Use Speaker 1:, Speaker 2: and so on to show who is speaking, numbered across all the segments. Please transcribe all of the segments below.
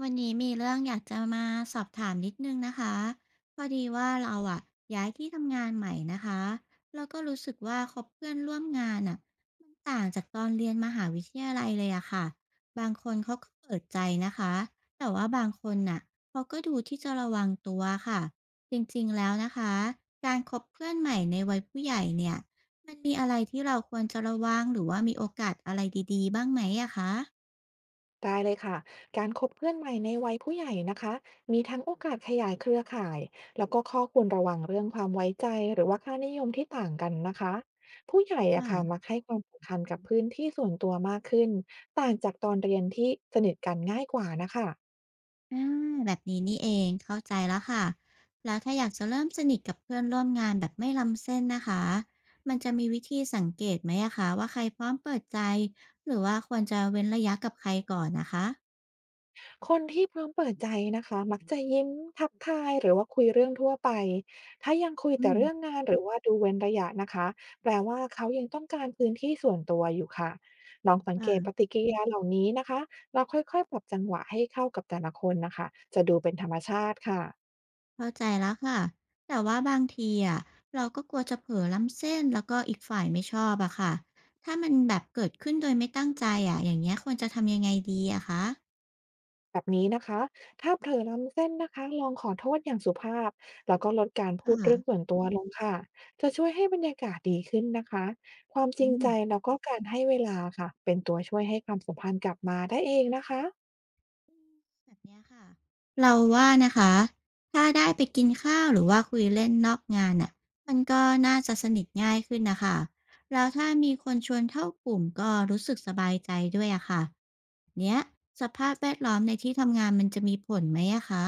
Speaker 1: วันนี้มีเรื่องอยากจะมาสอบถามนิดนึงนะคะพอดีว่าเราอ่ะย้ายที่ทำงานใหม่นะคะแล้วก็รู้สึกว่าคบเพื่อนร่วมงานอ่ะมันต่างจากตอนเรียนมหาวิทยาลัยเลยอะค่ะบางคนเขาก็เปิดใจนะคะแต่ว่าบางคนน่ะเขาก็ดูที่จะระวังตัวค่ะจริงๆแล้วนะคะการคบเพื่อนใหม่ในวัยผู้ใหญ่เนี่ยมันมีอะไรที่เราควรจะระวังหรือว่ามีโอกาสอะไรดีๆบ้างไหมอะคะ
Speaker 2: ได้เลยค่ะ การคบเพื่อนใหม่ในวัยผู้ใหญ่นะคะมีทั้งโอกาสขยายเครือข่ายแล้วก็ข้อควรระวังเรื่องความไว้ใจหรือว่าค่านิยมที่ต่างกันนะคะผู้ใหญ่อะค่ะมักให้ความสำคัญกับพื้นที่ส่วนตัวมากขึ้นต่างจากตอนเรียนที่สนิทกันง่ายกว่านะคะ
Speaker 1: อาแบบนี้นี่เองเข้าใจแล้วค่ะแล้วถ้าอยากจะเริ่มสนิทกับเพื่อนร่วมงานแบบไม่ล้ำเส้นนะคะมันจะมีวิธีสังเกตไหมอะคะว่าใครพร้อมเปิดใจหรือว่าควรจะเว้นระยะกับใครก่อนนะคะ
Speaker 2: คนที่พร้อมเปิดใจนะคะมักจะยิ้มทักทายหรือว่าคุยเรื่องทั่วไปถ้ายังคุย
Speaker 1: อื
Speaker 2: แต่
Speaker 1: ม
Speaker 2: เรื่องงานหรือว่าดูเว้นระยะนะคะแปลว่าเขายังต้องการพื้นที่ส่วนตัวอยู่ค่ะลองสังเกต
Speaker 1: ค่ะ
Speaker 2: ปฏิกิริยาเหล่านี้นะคะเราค่อยๆปรับจังหวะให้เข้ากับแต่ละคนนะคะจะดูเป็นธรรมชาติค่ะ
Speaker 1: เข้าใจแล้วค่ะแต่ว่าบางทีอะเราก็กลัวจะเผลอล้ำเส้นแล้วก็อีกฝ่ายไม่ชอบอะค่ะถ้ามันแบบเกิดขึ้นโดยไม่ตั้งใจอะอย่างเงี้ยควรจะทำยังไงดีอะคะ
Speaker 2: แบบนี้นะคะถ้าเผลอล้ำเส้นนะคะลองขอโทษอย่างสุภาพแล้วก็ลดการพูด
Speaker 1: ค่ะ
Speaker 2: เรื่องส่วนตัวลงค่ะจะช่วยให้บรรยากาศดีขึ้นนะคะความจริ
Speaker 1: อื
Speaker 2: งใจ
Speaker 1: ม
Speaker 2: แล้วก็การให้เวลาค่ะเป็นตัวช่วยให้ความสัมพันธ์กลับมาได้เองนะคะ
Speaker 1: แบบเนี้ยค่ะเราว่านะคะถ้าได้ไปกินข้าวหรือว่าคุยเล่นนอกงานน่ะมันก็น่าจะสนิทง่ายขึ้นนะคะแล้วถ้ามีคนชวนเข้ากลุ่มก็รู้สึกสบายใจด้วยอะค่ะเนี้ยสภาพแวดล้อมในที่ทำงานมันจะมีผลไหมอะคะ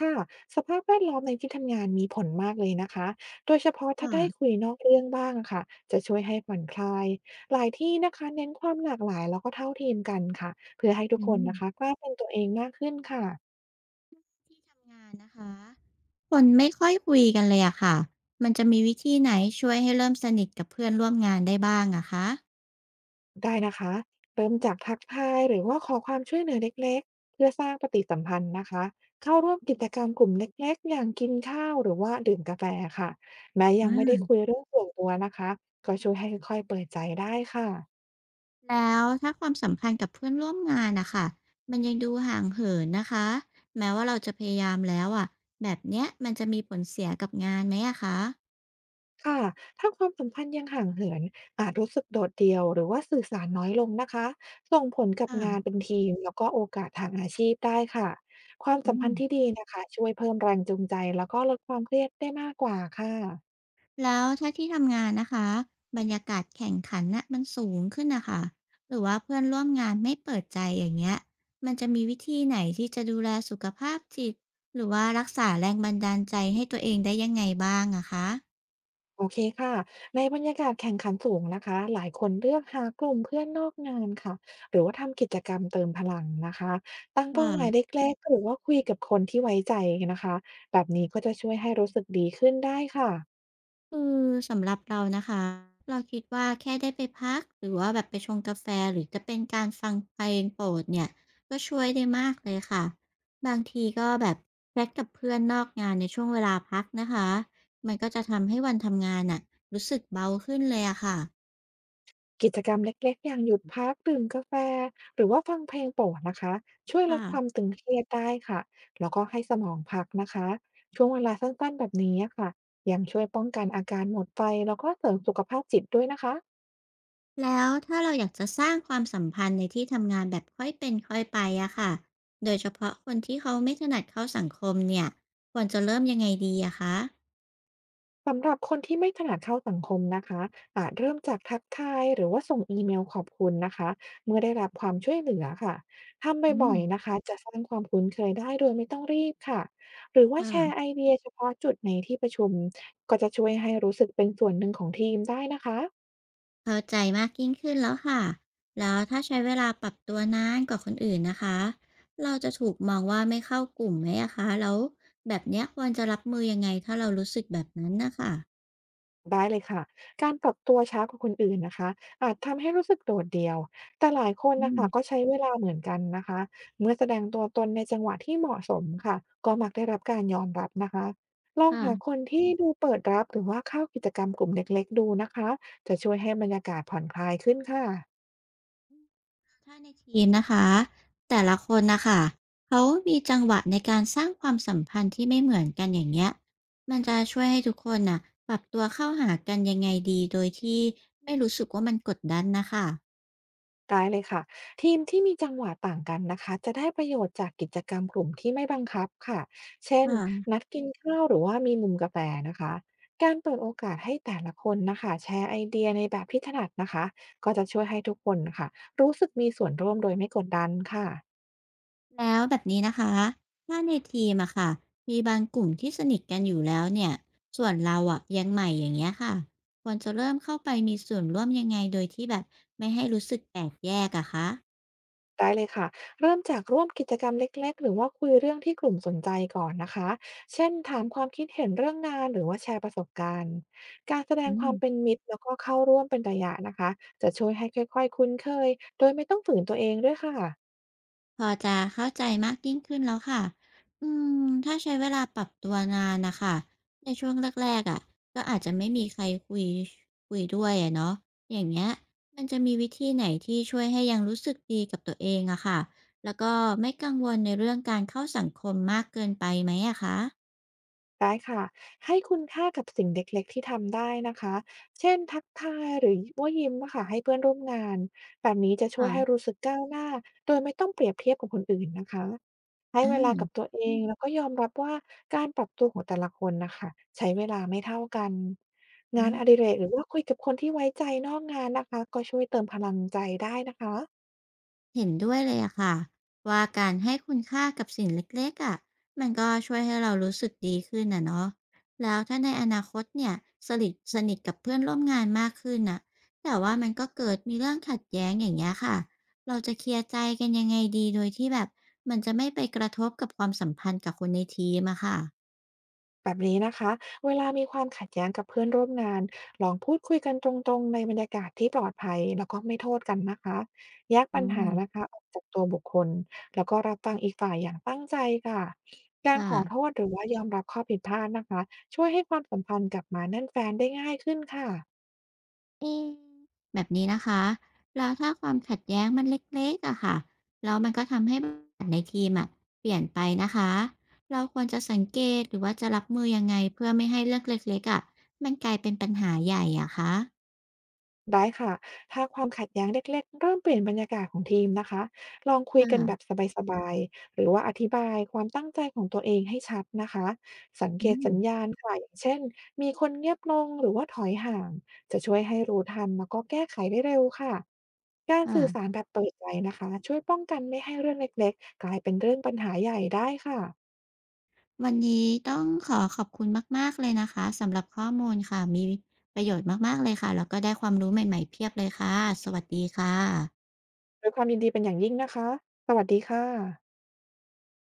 Speaker 2: ค่ะสภาพแวดล้อมในที่ทำงานมีผลมากเลยนะคะโดยเฉพาะถ้าได้
Speaker 1: ค่ะ
Speaker 2: คุยนอกเรื่องบ้างอค่ะจะช่วยให้ผ่อนคลายหลายที่นะคะเน้นความหลากหลายแล้วก็เท่าเทียมกันค่ะเพื่อให้ทุก
Speaker 1: อื
Speaker 2: คนนะคะ
Speaker 1: ม
Speaker 2: กล้าเป็นตัวเองมากขึ้นค่ะ
Speaker 1: ที่ทำงานนะคะคนไม่ค่อยคุยกันเลยอะค่ะมันจะมีวิธีไหนช่วยให้เริ่มสนิทกับเพื่อนร่วมงานได้บ้างอะคะ
Speaker 2: ได้นะคะเริ่มจากทักทายหรือว่าขอความช่วยเหลือเล็กๆเพื่อสร้างปฏิสัมพันธ์นะคะเข้าร่วมกิจกรรมกลุ่มเล็กๆอย่างกินข้าวหรือว่าดื่มกาแฟค่ะแม้ยังไม่ได้คุยเรื่องส่วนตัวนะคะก็ช่วยให้ค่อยๆเปิดใจได้ค่ะ
Speaker 1: แล้วถ้าความสัมพันธ์กับเพื่อนร่วมงานนะคะมันยังดูห่างเหินนะคะแม้ว่าเราจะพยายามแล้วอ่ะแบบเนี้ยมันจะมีผลเสียกับงานไหมอะคะ
Speaker 2: ค่ะถ้าความสัมพันธ์ยังห่างเหินอาจรู้สึกโดดเดี่ยวหรือว่าสื่อสารน้อยลงนะคะส่งผลกับงาน
Speaker 1: อ่า
Speaker 2: เป็นทีมแล้วก็โอกาสทางอาชีพได้ค่ะความสั
Speaker 1: อื
Speaker 2: มพั
Speaker 1: ม
Speaker 2: นธ์ที่ดีนะคะช่วยเพิ่มแรงจูงใจแล้วก็ลดความเครียดได้มากกว่าค่ะ
Speaker 1: แล้วถ้าที่ทำงานนะคะบรรยากาศแข่งขันน่ะมันสูงขึ้นนะคะหรือว่าเพื่อนร่วมงานไม่เปิดใจอย่างเงี้ยมันจะมีวิธีไหนที่จะดูแลสุขภาพจิตหรือว่ารักษาแรงบันดาลใจให้ตัวเองได้ยังไงบ้างอะคะ
Speaker 2: โอเคค่ะในบรรยากาศแข่งขันสูงนะคะหลายคนเลือกหากลุ่มเพื่อนนอกงานค่ะหรือว่าทำกิจกรรมเติมพลังนะคะตั้งเป้าหมาย
Speaker 1: ่ะ
Speaker 2: เล็กๆหรือว่าคุยกับคนที่ไว้ใจนะคะแบบนี้ก็จะช่วยให้รู้สึกดีขึ้นได้ค่ะ
Speaker 1: คือสำหรับเรานะคะเราคิดว่าแค่ได้ไปพักหรือว่าแบบไปชงกาแฟหรือจะเป็นการฟังเพลงโปรดเนี่ยก็ช่วยได้มากเลยค่ะบางทีก็แบบแชทกับเพื่อนนอกงานในช่วงเวลาพักนะคะมันก็จะทำให้วันทำงานน่ะรู้สึกเบาขึ้นเลยอะค่ะ
Speaker 2: กิจกรรมเล็กๆ อย่างหยุดพักดื่มกาแฟ หรือว่าฟังเพลงโปรดนะคะช่วยลดความ
Speaker 1: ค่ะ
Speaker 2: ตึงเครียดได้ค่ะแล้วก็ให้สมองพักนะคะช่วงเวลาสั้นๆ แบบนี้ค่ะยังช่วยป้องกันอาการหมดไฟแล้วก็เสริมสุขภาพจิตด้วยนะคะ
Speaker 1: แล้วถ้าเราอยากจะสร้างความสัมพันธ์ในที่ทำงานแบบค่อยเป็นค่อยไปอะค่ะโดยเฉพาะคนที่เขาไม่ถนัดเข้าสังคมเนี่ยควรจะเริ่มยังไงดีอะคะ
Speaker 2: สำหรับคนที่ไม่ถนัดเข้าสังคมนะคะอาจเริ่มจากทักทายหรือว่าส่งอีเมลขอบคุณนะคะเมื่อได้รับความช่วยเหลือค่ะทำ
Speaker 1: อื
Speaker 2: บ่
Speaker 1: ม
Speaker 2: อยๆนะคะจะสร้างความคุ้นเคยได้โดยไม่ต้องรีบค่ะหรือว่า
Speaker 1: ค่ะ
Speaker 2: แชร์ไอเดียเฉพาะจุดในที่ประชุมก็จะช่วยให้รู้สึกเป็นส่วนหนึ่งของทีมได้นะคะ
Speaker 1: เข้าใจมากยิ่งขึ้นแล้วค่ะ แล้วถ้าใช้เวลาปรับตัวนานกว่าคนอื่นนะคะ เราจะถูกมองว่าไม่เข้ากลุ่มไหมอะคะแล้วแบบเนี้ยควรจะรับมือยังไงถ้าเรารู้สึกแบบนั้นนะคะ
Speaker 2: ได้เลยค่ะ การปรับตัวช้ากว่าคนอื่นนะคะ อาจทำให้รู้สึกโดดเดี่ยว แต่หลายคน
Speaker 1: อื
Speaker 2: นะ
Speaker 1: ม
Speaker 2: คะก็ใช้เวลาเหมือนกันนะคะ เมื่อแสดงตัวตนในจังหวะที่เหมาะสมค่ะ ก็มักได้รับการยอมรับนะคะ ลอง
Speaker 1: ค่ะ
Speaker 2: หาคนที่ดูเปิดรับหรือว่าเข้ากิจกรรมกลุ่มเล็กๆดูนะคะ จะช่วยให้บรรยากาศผ่อนคลายขึ้นค่ะ
Speaker 1: ถ้าในทีมนะคะแต่ละคนนะคะเขามีจังหวะในการสร้างความสัมพันธ์ที่ไม่เหมือนกันอย่างเงี้ยมันจะช่วยให้ทุกคนน่ะปรับตัวเข้าหากันยังไงดีโดยที่ไม่รู้สึกว่ามันกดดันนะคะ
Speaker 2: ได้เลยค่ะทีมที่มีจังหวะต่างกันนะคะจะได้ประโยชน์จากกิจกรรมกลุ่มที่ไม่บังคับค่ะเช่น
Speaker 1: ค่ะ
Speaker 2: นัดกินข้าวหรือว่ามีมุมกาแฟนะคะการเปิดโอกาสให้แต่ละคนนะคะแชร์ไอเดียในแบบที่ถนัดนะคะก็จะช่วยให้ทุกคนค่ะรู้สึกมีส่วนร่วมโดยไม่กดดันค่ะ
Speaker 1: แล้วแบบนี้นะคะ ถ้าในทีมอะค่ะ มีบางกลุ่มที่สนิทกันอยู่แล้วเนี่ย ส่วนเราอะยังใหม่อย่างเงี้ยค่ะควรจะเริ่มเข้าไปมีส่วนร่วมยังไงโดยที่แบบไม่ให้รู้สึกแตกแยกอะคะ
Speaker 2: ได้เลยค่ะ เริ่มจากร่วมกิจกรรมเล็กๆ หรือว่าคุยเรื่องที่กลุ่มสนใจก่อนนะคะ เช่นถามความคิดเห็นเรื่องงานหรือว่าแชร์ประสบการณ์ การแสด
Speaker 1: อื
Speaker 2: งความเป็น
Speaker 1: ม
Speaker 2: มิตรแล้วก็เข้าร่วมเป็นระยะนะคะ จะช่วยให้ค่อยๆคุ้นเคย โดยไม่ต้องฝืนตัวเองด้วยค่ะ
Speaker 1: พอจะเข้าใจมากยิ่งขึ้นแล้วค่ะอืมถ้าใช้เวลาปรับตัวนานนะคะ ในช่วงแรกๆอะก็อาจจะไม่มีใครคุยคุยด้วยอะเนาะอย่างเงี้ยมันจะมีวิธีไหนที่ช่วยให้ยังรู้สึกดีกับตัวเองอะค่ะแล้วก็ไม่กังวลในเรื่องการเข้าสังคมมากเกินไปไหมอะคะ
Speaker 2: ได้ค่ะให้คุณค่ากับสิ่งเล็กๆที่ทำได้นะคะเช่นทักทายหรือว่ายิ้มอะค่ะให้เพื่อนร่วมงานแบบนี้จะช่
Speaker 1: อ่า
Speaker 2: วยให้รู้สึกก้าวหน้าโดยไม่ต้องเปรียบเทียบกับคนอื่นนะคะให้
Speaker 1: อา
Speaker 2: เวลากับตัวเองแล้วก็ยอมรับว่าการปรับตัวของแต่ละคนนะคะใช้เวลาไม่เท่ากัน
Speaker 1: อื
Speaker 2: งานอดิ
Speaker 1: ม
Speaker 2: เรกหรือว่าคุยกับคนที่ไว้ใจนอกงานนะคะก็ช่วยเติมพลังใจได้นะคะ
Speaker 1: เห็นด้วยเลยอะค่ะว่าการให้คุณค่ากับสิ่งเล็กๆอะมันก็ช่วยให้เรารู้สึกดีขึ้นนะเนาะแล้วถ้าในอนาคตเนี่ยสนิทกับเพื่อนร่วมงานมากขึ้นน่ะแต่ว่ามันก็เกิดมีเรื่องขัดแย้งอย่างเงี้ยค่ะเราจะเคลียร์ใจกันยังไงดีโดยที่แบบมันจะไม่ไปกระทบกับความสัมพันธ์กับคนในทีมอะค่ะ
Speaker 2: แบบนี้นะคะ เวลามีความขัดแย้งกับเพื่อนร่วมงาน ลองพูดคุยกันตรงๆ ในบรรยากาศที่ปลอดภัย แล้วก็ไม่โทษกันนะคะ แยก
Speaker 1: อื
Speaker 2: ปัญหา
Speaker 1: ม
Speaker 2: นะคะออกจากตัวบุคคล แล้วก็รับฟังอีกฝ่ายอย่างตั้งใจค่ะการขอโท
Speaker 1: ค่ะ
Speaker 2: ษหรือว่ายอมรับข้อผิดพลาดนะคะ ช่วยให้ความสัมพันธ์กลับมาแน่นแฟนได้ง่ายขึ้นค่ะ
Speaker 1: เอ๊ะแบบนี้นะคะแล้วถ้าความขัดแย้งมันเล็กๆอะค่ะแล้วมันก็ทำให้บรรยากาศในทีมอะเปลี่ยนไปนะคะ เราควรจะสังเกตหรือว่าจะรับมือยังไงเพื่อไม่ให้เรื่องเล็กๆอะมันกลายเป็นปัญหาใหญ่อะคะ
Speaker 2: ได้ค่ะถ้าความขัดแย้งเล็กๆเริ่มเปลี่ยนบรรยากาศของทีมนะคะลองคุยกันแบ
Speaker 1: ค่ะ
Speaker 2: บสบายๆหรือว่าอธิบายความตั้งใจของตัวเองให้ชัดนะคะสังเก
Speaker 1: อื
Speaker 2: ต
Speaker 1: ม
Speaker 2: สัญญาณค่ะอย่างเช่น มีคนเงียบลงหรือว่าถอยห่าง จะช่วยให้รู้ทันแล้วก็แก้ไขได้เร็วค่ะ การ
Speaker 1: ค่ะ
Speaker 2: สื่อสารแบบเปิดใจนะคะช่วยป้องกันไม่ให้เรื่องเล็กๆกลายเป็นเรื่องปัญหาใหญ่ได้ค่ะ
Speaker 1: วันนี้ต้องขอขอบคุณมากๆเลยนะคะสำหรับข้อมูลค่ะ มีประโยชน์มากๆเลยค่ะ แล้วก็ได้ความรู้ใหม่ๆเพียบเลยค่ะ สวัสดีค่ะ
Speaker 2: ด้วยความยินดีเป็นอย่างยิ่งนะคะสวัสดีค่ะ